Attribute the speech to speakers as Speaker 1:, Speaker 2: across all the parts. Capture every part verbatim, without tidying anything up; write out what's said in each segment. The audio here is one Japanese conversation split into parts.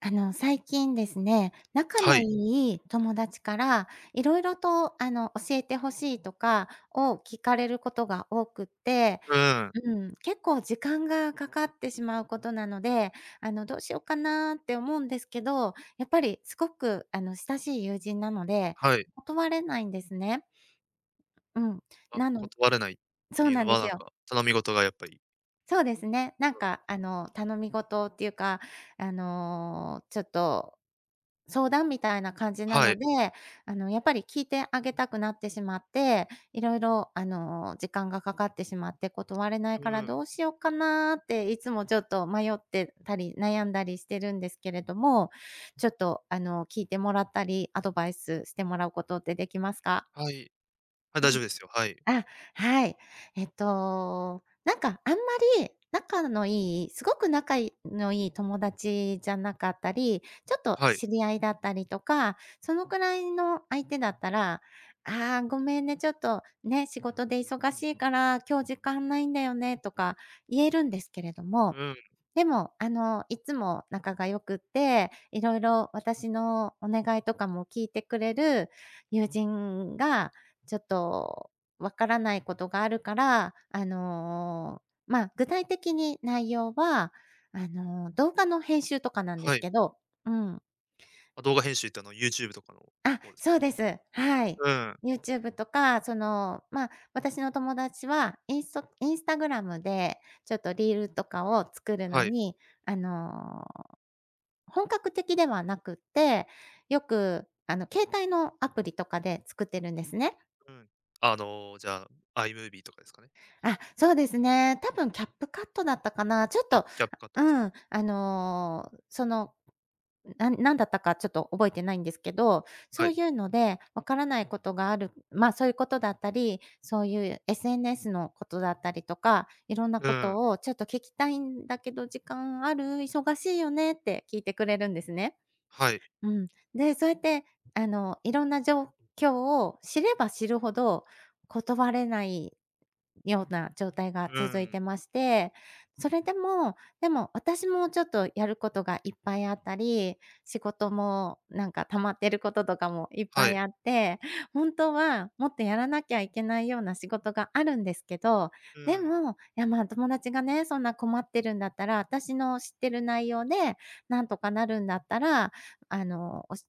Speaker 1: あの、最近ですね、仲
Speaker 2: は
Speaker 1: のい
Speaker 2: い。
Speaker 1: い友達からいろいろと、あの、教えてほしいとかを聞かれることが多くって、
Speaker 2: うん。
Speaker 1: うん、結構時間がかかってしまうことなので、あの、どうしようかなって思うんですけど、やっぱりすごく、あの、親しい友人なので、
Speaker 2: はい。
Speaker 1: 断れないんですね。うん。
Speaker 2: あ、
Speaker 1: なの
Speaker 2: 断れないっ
Speaker 1: そ
Speaker 2: て
Speaker 1: う
Speaker 2: いう
Speaker 1: な
Speaker 2: の
Speaker 1: んで
Speaker 2: は、
Speaker 1: す
Speaker 2: なん
Speaker 1: よ。
Speaker 2: か、頼み事がやっぱり。
Speaker 1: そうですね。なんか、あの、頼み事っていうか、あの、ちょっと相談みたいな感じな
Speaker 2: は
Speaker 1: の
Speaker 2: い。
Speaker 1: で、あの、やっぱり聞いてあげたくなってしまって、いろいろ、あの、時間がかかってしまって断れない
Speaker 2: う
Speaker 1: から
Speaker 2: ん。
Speaker 1: どうしようかなっていつもちょっと迷ってたり、悩んだりしてるんですけれども、ちょっと、あの、聞いてもらったり、アドバイスしてもらうことってできますか？
Speaker 2: はい。はい、
Speaker 1: う
Speaker 2: 大丈
Speaker 1: ん。
Speaker 2: 夫ですよ。はい。
Speaker 1: あ、はい。えっと、なんかあんまり仲のいいすごく仲のいい友達じゃなかったり、ちょっと
Speaker 2: はい。
Speaker 1: 知り合いだったりとか、そのくらいの相手だったら、「ああ、ごめんね、ちょっとね、仕事で忙しいから今日時間ないんだよね」とか言えるんですけれども、
Speaker 2: うん。
Speaker 1: でも、あの、いつも仲が良くって、いろいろ私のお願いとかも聞いてくれる友人が、ちょっとわからないことがあるから、あの、まあ、具体的に内容は、あの、動画の編集とかなんで
Speaker 2: は
Speaker 1: す
Speaker 2: い。
Speaker 1: けど、うん。
Speaker 2: あ、動画編集ってあの YouTube とかの
Speaker 1: あ、
Speaker 2: 方です
Speaker 1: そ
Speaker 2: かね？
Speaker 1: うです。はい。
Speaker 2: うん。
Speaker 1: YouTube とか、その、まあ、私の友達はインスト i n s t a g でちょっとリールとかを作るの
Speaker 2: はい。
Speaker 1: に、あの本格的ではなくって、よく、あの、携帯のアプリとかで作ってるんですね。
Speaker 2: うん。あの、じゃあ、iMovie とかですかね？
Speaker 1: あ、そうですね。多分キャップカットだったかな。ちょっ
Speaker 2: あ、
Speaker 1: と、
Speaker 2: キャップカット
Speaker 1: う
Speaker 2: ですか？
Speaker 1: ん、あの、その、なんなんだったかちょっと覚えてないんですけど、
Speaker 2: は
Speaker 1: そう
Speaker 2: い。
Speaker 1: いうのでわからないことがある、ま、そういうことだったり、そういう エスエヌエス のことだったりとか、いろんな
Speaker 2: う
Speaker 1: こ
Speaker 2: ん。
Speaker 1: とをちょっと聞きたいんだけど時間ある？忙しいよねって聞いてくれるんですね。
Speaker 2: はい。
Speaker 1: うん。で、そうやって、あの、いろんな状況を知れば知るほど断れないような状態が
Speaker 2: う
Speaker 1: 続い
Speaker 2: ん。
Speaker 1: てまして、それでも、でも私もちょっとやることがいっぱいあったり、仕事もなんか溜まってることとかもいっ
Speaker 2: は
Speaker 1: ぱい
Speaker 2: い。
Speaker 1: あって、本当はもっとやらなきゃいけないような仕事があるんですけど、
Speaker 2: う
Speaker 1: で
Speaker 2: ん。
Speaker 1: も、いやまあ友達がね、そんな困ってるんだったら、私の知ってる内容でなんとかなるんだったら、あの、おし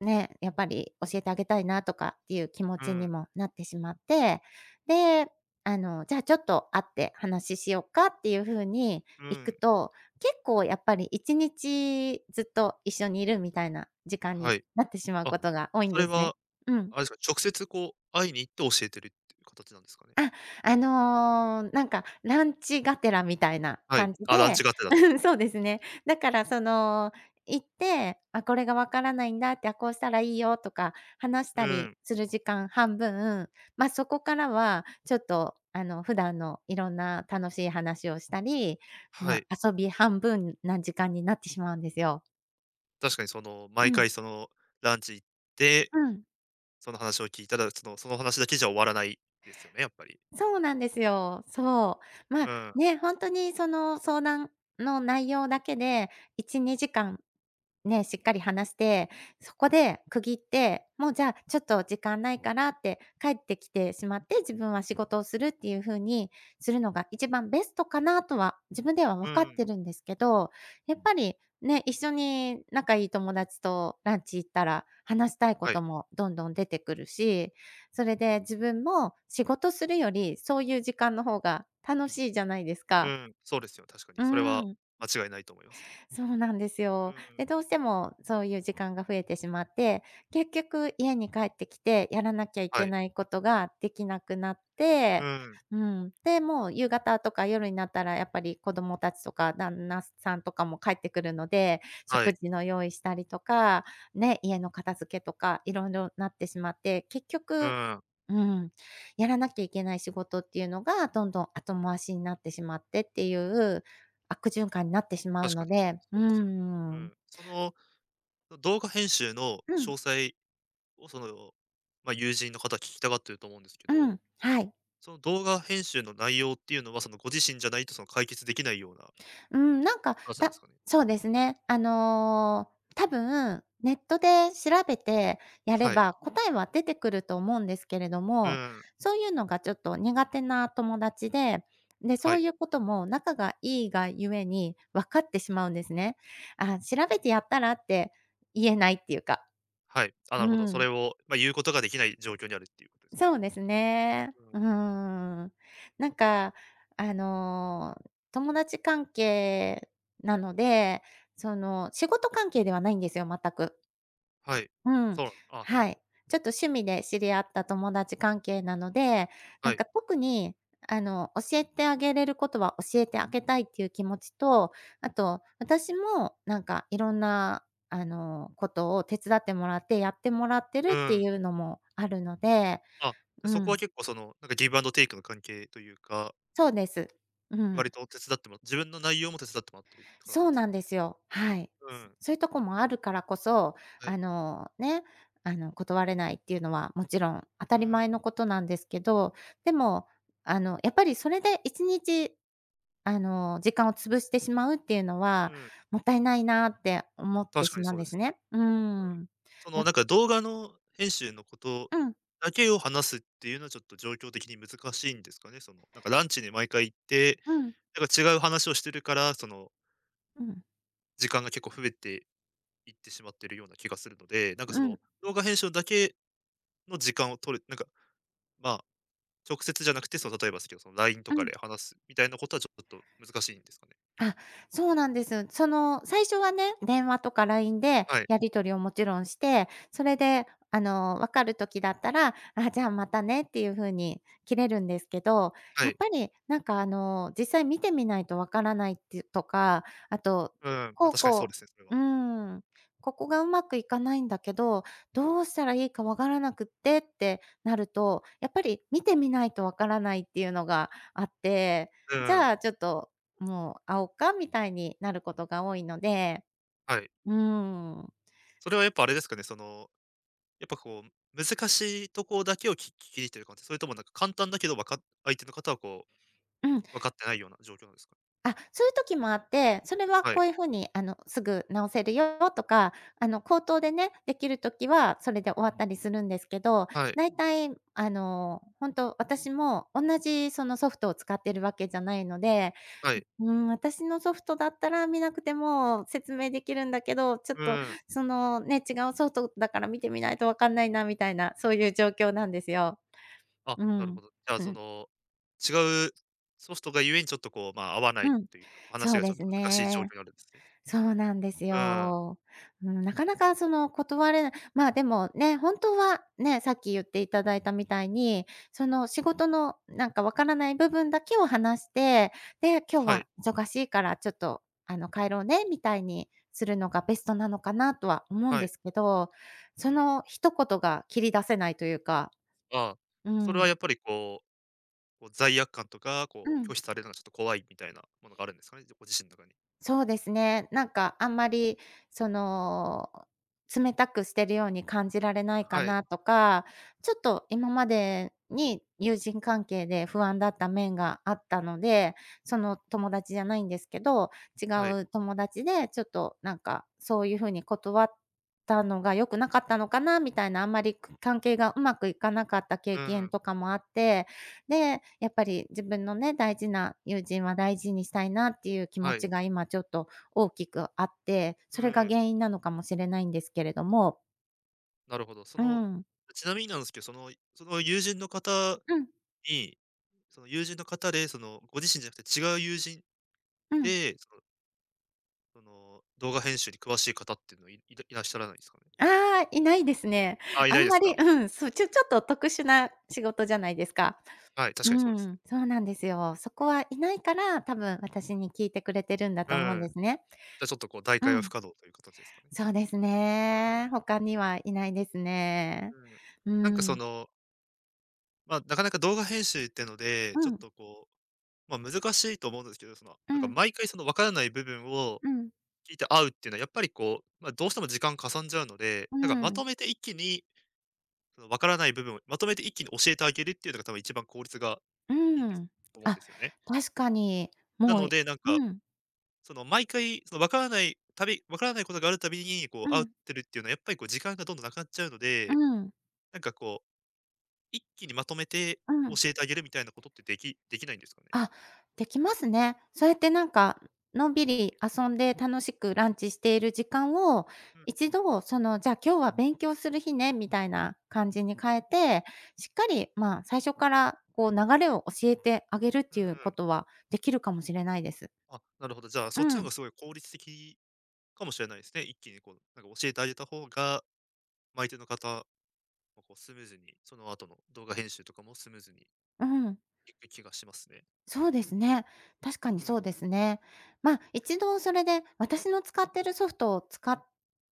Speaker 1: ね、やっぱり教えてあげたいなとかっていう気持
Speaker 2: う
Speaker 1: ちに
Speaker 2: ん。
Speaker 1: もなってしまって、で、あの、じゃあちょっと会って話ししようかっていう風に
Speaker 2: う
Speaker 1: 行く
Speaker 2: ん。
Speaker 1: と、結構やっぱりいちにちずっと一緒にいるみたいな時間
Speaker 2: は
Speaker 1: に
Speaker 2: い。
Speaker 1: なってしまう
Speaker 2: あ、
Speaker 1: ことが多いん
Speaker 2: そ
Speaker 1: で
Speaker 2: れ
Speaker 1: す
Speaker 2: は、
Speaker 1: ね。うん。
Speaker 2: あれですか、直接こう、会いに行って教えてるっていう形なんですかね？
Speaker 1: あ、あの、なんかランチがてらみたいな
Speaker 2: はい。
Speaker 1: 感じ
Speaker 2: あ、ラン
Speaker 1: で、
Speaker 2: チがてだ、
Speaker 1: うん、そうですね。だからその、行って、あ、これがわからないんだって、あ、こうしたらいいよとか話し
Speaker 2: う
Speaker 1: たり
Speaker 2: ん。
Speaker 1: する時間半分、ま、そこからはちょっとあの、普段のいろんな楽しい話をしたり、
Speaker 2: は
Speaker 1: ま、
Speaker 2: い。
Speaker 1: 遊び半分な時間になってしまうんですよ。
Speaker 2: 確かにその、
Speaker 1: う
Speaker 2: 毎
Speaker 1: ん、
Speaker 2: 回その、ランチ行って、
Speaker 1: うん。
Speaker 2: その話を聞いたら、そのその話だけじゃ終わらないですよね、やっぱり。
Speaker 1: そうなんですよ。そう。ま
Speaker 2: う
Speaker 1: あ、
Speaker 2: ん。
Speaker 1: ね、本当にその相談の内容だけでいち、にじかん、にじかんね、しっかり話して、そこで区切って、もうじゃあちょっと時間ないからって帰ってきてしまって、自分は仕事をするっていう風にするのが一番ベストかなとは自分では
Speaker 2: う
Speaker 1: 分かって
Speaker 2: ん。
Speaker 1: るんですけど、やっぱりね、一緒に仲いい友達とランチ行ったら話したいこ
Speaker 2: は
Speaker 1: と
Speaker 2: い。
Speaker 1: もどんどん出てくるし、それで自分も仕事するより、そういう時間の方が楽しいじゃないです
Speaker 2: う
Speaker 1: か。
Speaker 2: ん。そうですよ、確かに。
Speaker 1: うー
Speaker 2: それは
Speaker 1: ん。
Speaker 2: 間違いないと思いますね。
Speaker 1: そうなんです
Speaker 2: う
Speaker 1: よ。
Speaker 2: ん。
Speaker 1: で、どうしてもそういう時間が増えてしまって、結局家に帰ってきてやらなきゃい
Speaker 2: は
Speaker 1: け
Speaker 2: い。
Speaker 1: ないことができなくなっ
Speaker 2: う
Speaker 1: て、
Speaker 2: ん。
Speaker 1: うん。で、もう夕方とか夜になったらやっぱり子供たちとか旦那さんとかも帰ってくるので、
Speaker 2: は
Speaker 1: 食
Speaker 2: い。
Speaker 1: 事の用意したりとか、ね、家の片付けとかいろいろなってしまって、結
Speaker 2: う
Speaker 1: 局、
Speaker 2: ん。
Speaker 1: うん、やらなきゃいけない仕事っていうのがどんどん後回しになってしまってっていう悪循環になってしまう
Speaker 2: 確か
Speaker 1: の
Speaker 2: に。
Speaker 1: で、
Speaker 2: そ
Speaker 1: うー
Speaker 2: うですよね。う
Speaker 1: ん。
Speaker 2: ん。その、動画編集の
Speaker 1: うん、
Speaker 2: 詳細を、その、まあ、友人の方は聞きたがってると思うんですけ
Speaker 1: う
Speaker 2: ど、
Speaker 1: ん、はい。
Speaker 2: その動画編集の内容っていうのは、その、ご自身じゃないと、その、解決できないような
Speaker 1: うん、なんか、
Speaker 2: 話なんで
Speaker 1: た
Speaker 2: すかね？
Speaker 1: そうですね。あの、多分、ネットで調べてやれ
Speaker 2: はい。
Speaker 1: ば、答えは出てくると思うんですけれど
Speaker 2: う
Speaker 1: も、
Speaker 2: ん。
Speaker 1: そういうのがちょっと苦手な友達で、で、
Speaker 2: は
Speaker 1: そう
Speaker 2: い。
Speaker 1: いうことも仲がいいがゆえに分かってしまうんですね。あ、調べてやったらって言えないっていうか。
Speaker 2: はい。あ、
Speaker 1: う
Speaker 2: なるほど。それ
Speaker 1: ん、
Speaker 2: を、まあ、言うことができない状況にあるっていうことですかね。
Speaker 1: そうですね。
Speaker 2: う
Speaker 1: うー
Speaker 2: ん。
Speaker 1: ん。なんか、あの、友達関係なので、その、仕事関係ではないんですよ、全く。
Speaker 2: はい。
Speaker 1: うん。
Speaker 2: そうなんあ、なるほ
Speaker 1: はい。
Speaker 2: ど。
Speaker 1: ちょっと趣味で知り合った友達関係なので、な
Speaker 2: は
Speaker 1: ん
Speaker 2: い。
Speaker 1: か特に、あの、教えてあげれることは教えてあげたいっていう気持ちと、あと、私もなんかいろんな、あの、ことを手伝ってもらって、やってもらってる
Speaker 2: う
Speaker 1: ってい
Speaker 2: ん。
Speaker 1: うのもあるので、
Speaker 2: あ、で、
Speaker 1: う
Speaker 2: そこは
Speaker 1: ん。
Speaker 2: 結構その、なんかギブアンドテイクの関係というか、
Speaker 1: そうです。うん。
Speaker 2: 割と手伝ってもら自分の内容も手伝ってもらってるって形な
Speaker 1: そ
Speaker 2: ん
Speaker 1: う
Speaker 2: です
Speaker 1: な
Speaker 2: か
Speaker 1: ん
Speaker 2: ね。
Speaker 1: ですよ。はい。
Speaker 2: う
Speaker 1: そ
Speaker 2: ん。
Speaker 1: そういうとこもあるからこそ、
Speaker 2: はい。
Speaker 1: あの、ね、あの、断れないっていうのはもちろん当
Speaker 2: う
Speaker 1: たり前
Speaker 2: ん、
Speaker 1: のことなんですけど、でも、あの、やっぱりそれでいちにち、あの、時間を潰してしまうっていうの
Speaker 2: う
Speaker 1: は、
Speaker 2: ん。
Speaker 1: もったいないなって思って
Speaker 2: 確か
Speaker 1: し
Speaker 2: に
Speaker 1: まう
Speaker 2: そう
Speaker 1: ん
Speaker 2: で
Speaker 1: です
Speaker 2: す。
Speaker 1: ね。う
Speaker 2: うん。
Speaker 1: ん。
Speaker 2: その
Speaker 1: だ
Speaker 2: なんか動画の編集のことだけを話すっていうのはちょっと状況的に難しいんですかね？その、なんかランチに毎回行って、
Speaker 1: うん、
Speaker 2: なんか違う話をしてるから、その、
Speaker 1: うん、
Speaker 2: 時間が結構増えて行ってしまっているような気がするので、なんか
Speaker 1: う
Speaker 2: そ
Speaker 1: ん、う
Speaker 2: の
Speaker 1: ん、
Speaker 2: 動画編集だけの時間を取る、なんか、まあ、直接じゃなくて、その例えばですけど、その ライン と
Speaker 1: う
Speaker 2: か
Speaker 1: ん。
Speaker 2: で話すみたいなことはちょっと難しいんですかね。
Speaker 1: あ、そうなんです。その、最初はね、電話とか ライン で
Speaker 2: はい、
Speaker 1: やり取りをもちろんして、それで、あの、分かる時だったら、「あ、じゃあまたね」っていう風に切れるんですけど、
Speaker 2: は
Speaker 1: やっ
Speaker 2: い。
Speaker 1: ぱり、なんか、あの、実際見てみないと分からないっていうとか、あと、
Speaker 2: うん、ま、
Speaker 1: こう
Speaker 2: 確かにそうで
Speaker 1: こ
Speaker 2: すね、それ
Speaker 1: う
Speaker 2: は。
Speaker 1: うーん、ここがうまくいかないんだけど、どうしたらいいか分からなくってってなると、やっぱり見てみないと分からないっていうのがあって、
Speaker 2: う
Speaker 1: じ
Speaker 2: ん、
Speaker 1: ゃあちょっともう、あおうかみたいになることが多いので、
Speaker 2: はい。
Speaker 1: うーん。
Speaker 2: それ
Speaker 1: そ
Speaker 2: はやっぱあれですかね、その、やっぱこう難しいとこだけをき聞き入ってる感じ、それともなんか簡単だけどわか相手の方はこ
Speaker 1: うん。
Speaker 2: う、分かってないような状況なんですか？
Speaker 1: あ、そういう時もあって、それは
Speaker 2: は
Speaker 1: こ
Speaker 2: い、
Speaker 1: ういう風に、あの、すぐ直せるよとか、あの、口頭でね、できる時はそれで終わったりするんですけど、
Speaker 2: はい、
Speaker 1: 大体、あの、ほんと私もおんなじそのソフトを使ってるわけじゃないので、
Speaker 2: はい。
Speaker 1: うーん、私のソフトだったら見なくても説明できるんだけど、ちょっ
Speaker 2: う
Speaker 1: と、
Speaker 2: ん。
Speaker 1: そのね、違うソフトだから見てみないとわかんないなみたいな、そういう状況なんですよ。
Speaker 2: あ、
Speaker 1: う
Speaker 2: なるほ
Speaker 1: ん。
Speaker 2: ど。じゃあ、
Speaker 1: う
Speaker 2: そ
Speaker 1: ん。
Speaker 2: の、違うソフトがゆえにちょっとこう、まあ、合わない
Speaker 1: うん。
Speaker 2: というか、話
Speaker 1: そう
Speaker 2: がちょ
Speaker 1: で
Speaker 2: っ
Speaker 1: す
Speaker 2: と難しい状況
Speaker 1: ね。
Speaker 2: になるんですね。
Speaker 1: そうなんです
Speaker 2: うん。
Speaker 1: よ。うん、なかなかその断れない。まあ、でもね、本当はね、さっき言っていただいたみたいに、その仕事のなんかわからない部分だけを話して、で、今日
Speaker 2: は
Speaker 1: は
Speaker 2: い、
Speaker 1: 忙しいからちょっとあの帰ろうねみたいにするのがベストなのかなとは思うん
Speaker 2: は
Speaker 1: で
Speaker 2: い。
Speaker 1: すけど、
Speaker 2: う
Speaker 1: そ
Speaker 2: ん。
Speaker 1: の一言が切り出せないというか、
Speaker 2: ああ、
Speaker 1: う
Speaker 2: それは
Speaker 1: ん。
Speaker 2: やっぱりこう、こう、罪悪感とか、
Speaker 1: う
Speaker 2: こう拒
Speaker 1: ん。
Speaker 2: 否されるのがちょっと怖いみたいなものがあるんですかね、ご自身の中に。
Speaker 1: そうですね。なんかあんまりその、冷たくしてるように感じられないか
Speaker 2: はい、
Speaker 1: なとか、ちょっと今までに友人関係で不安だった面があったので、その友達じゃないんですけど、違
Speaker 2: はい。
Speaker 1: う友達でちょっとなんかそういう風に断ったのが良くなかったのかなみたいな、あんまり関係がうまくいかなかった経
Speaker 2: う
Speaker 1: 験
Speaker 2: ん、
Speaker 1: とかもあって、で、やっぱり自分のね、大事な友人は大事にしたいなっていう気
Speaker 2: は
Speaker 1: 持
Speaker 2: い。
Speaker 1: ちが今ちょっと大きくあって、
Speaker 2: う
Speaker 1: それが
Speaker 2: ん、
Speaker 1: 原因なのかもしれないんですけれども。
Speaker 2: なるほど。そ
Speaker 1: う
Speaker 2: の、
Speaker 1: ん。
Speaker 2: ちなみになんですけど、そのその友人の方
Speaker 1: うん、
Speaker 2: に、その友人の方で、そのご自身じゃなくて違う友人
Speaker 1: うん。
Speaker 2: でその、動画編集に詳しい方っていうのはいいらいらっしゃらないですかね？
Speaker 1: ああ、いないですね。
Speaker 2: あ、い
Speaker 1: あ
Speaker 2: ない
Speaker 1: ん
Speaker 2: で
Speaker 1: ま
Speaker 2: す
Speaker 1: り、
Speaker 2: か。
Speaker 1: うん、そう、ちょちょっと特殊な仕事じゃないですか。
Speaker 2: はい、確かに
Speaker 1: う
Speaker 2: そうですね。
Speaker 1: ん、そうなんですよ。そこはいないから、多分私に聞いてくれてるんだ
Speaker 2: う
Speaker 1: と思うん
Speaker 2: ん。
Speaker 1: ですね。
Speaker 2: じゃ、ちょっとこう代
Speaker 1: う
Speaker 2: 替は不
Speaker 1: ん。
Speaker 2: 可能という形ですかね。
Speaker 1: そうですね。他にはいないですね。
Speaker 2: うん、うん。
Speaker 1: う
Speaker 2: なんかそ
Speaker 1: ん。
Speaker 2: の、まあ、なかなか動画編集ってので、ち
Speaker 1: う
Speaker 2: ょっ
Speaker 1: ん、
Speaker 2: とこう、まあ、難しいと思うんですけど、その、
Speaker 1: う
Speaker 2: なんか
Speaker 1: ん、
Speaker 2: 毎回その分からない部分を
Speaker 1: うん。
Speaker 2: 聞いて会うっていうのはやっぱりこう、まあ、どうしても時間かさんじゃうので、
Speaker 1: う
Speaker 2: なんかま
Speaker 1: ん、
Speaker 2: とめて一気に、その分からない部分をまとめて一気に教えてあげるっていうのが多分一番効率が
Speaker 1: う
Speaker 2: いいんです
Speaker 1: ん。
Speaker 2: 思うん
Speaker 1: あ、
Speaker 2: ですよね。
Speaker 1: 確かに、
Speaker 2: な
Speaker 1: もう。
Speaker 2: ので、なんか
Speaker 1: うん、
Speaker 2: その毎回、そのわからない、たびわからないことがあるたびに、こう、
Speaker 1: う
Speaker 2: 会っ
Speaker 1: ん、
Speaker 2: てるっていうのは、やっぱりこう時間がどんどんなくなっちゃうの
Speaker 1: う
Speaker 2: で、
Speaker 1: ん、
Speaker 2: なんかこう、一気にまとめて
Speaker 1: うん。
Speaker 2: 教えてあげるみたいなことってできできないんですかね？
Speaker 1: あ、できますね。そうやってなんか、のんびり遊んで楽しくランチしている時間を、
Speaker 2: うん、
Speaker 1: 一度その、じゃあ今日は勉強する日ね、みたいな感じに変えて、しっかり、まあ、最初からこう流れを教えてあげるっ
Speaker 2: う
Speaker 1: て
Speaker 2: ん。
Speaker 1: いうことはできるかもしれないです。
Speaker 2: あ、なるほど。じゃあ、そ
Speaker 1: う
Speaker 2: っちの方が
Speaker 1: ん、
Speaker 2: すごい効率的かもしれないですね。一気にこう、なんか教えてあげた方が、相手の方もこうスムーズに、その後の動画編集とかもスムーズに
Speaker 1: うん。
Speaker 2: いく気がしますね。
Speaker 1: そうですね。確か
Speaker 2: う
Speaker 1: にそ
Speaker 2: ん。
Speaker 1: うですね。まあ、一度それで私の使ってるソフトを使っ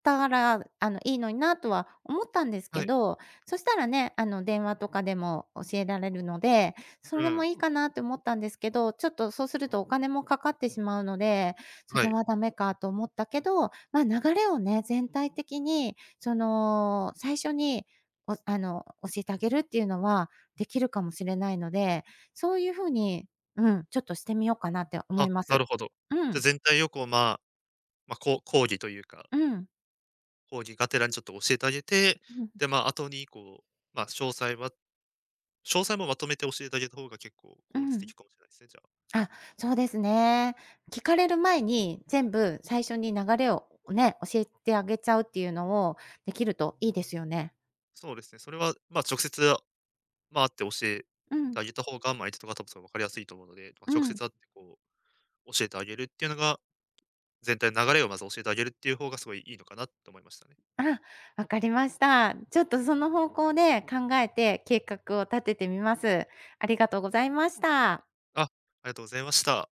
Speaker 1: たら、あの、いいのになとは思ったんですけ
Speaker 2: はい。
Speaker 1: ど、そしたらね、あの、電話とかでも教えられるので、そ
Speaker 2: う
Speaker 1: れも
Speaker 2: ん。
Speaker 1: いいかなって思ったんですけど、ちょっとそうするとお金もかかってしまうので、そ
Speaker 2: は
Speaker 1: れ
Speaker 2: い。
Speaker 1: はダメかと思ったけど、まあ、流れをね、全体的に、その、最初に、おあの、教えてあげるっていうのはできるかもしれないので、そういう風にうん、ちょっとしてみようかなって思
Speaker 2: あ、
Speaker 1: いま
Speaker 2: な
Speaker 1: す。
Speaker 2: るほど。
Speaker 1: う
Speaker 2: じゃ、
Speaker 1: ん、
Speaker 2: 全体をこう、まあ、まあ、こう講義というか
Speaker 1: うん、
Speaker 2: 講義がてらにちょっと教えてあげて、
Speaker 1: うん、
Speaker 2: で、まあ、後にこう、まあ、詳細は詳細もまとめて教えてあげた方が結構
Speaker 1: う
Speaker 2: 効率
Speaker 1: ん。
Speaker 2: 的かもしれないですね、じゃあ。
Speaker 1: あ、そうですね。聞かれる前に全部最初に流れをね、教えてあげちゃうっていうのをできるといいですよね。
Speaker 2: そうですね、それは、まあ、直接、まあ、会って教えて
Speaker 1: うん、
Speaker 2: あげた方が、まあ、相手の方多分それ分かりやすいと思うので、まあ、
Speaker 1: う
Speaker 2: 直接
Speaker 1: ん。
Speaker 2: 会ってこう、教えてあげるっていうのが、全体の流れをまず教えてあげるっていう方がすごいいいのかなと思いましたね。
Speaker 1: あ、わかりました。ちょっとその方向で考えて計画を立ててみます。ありがとうございました。
Speaker 2: あ、ありがとうございました。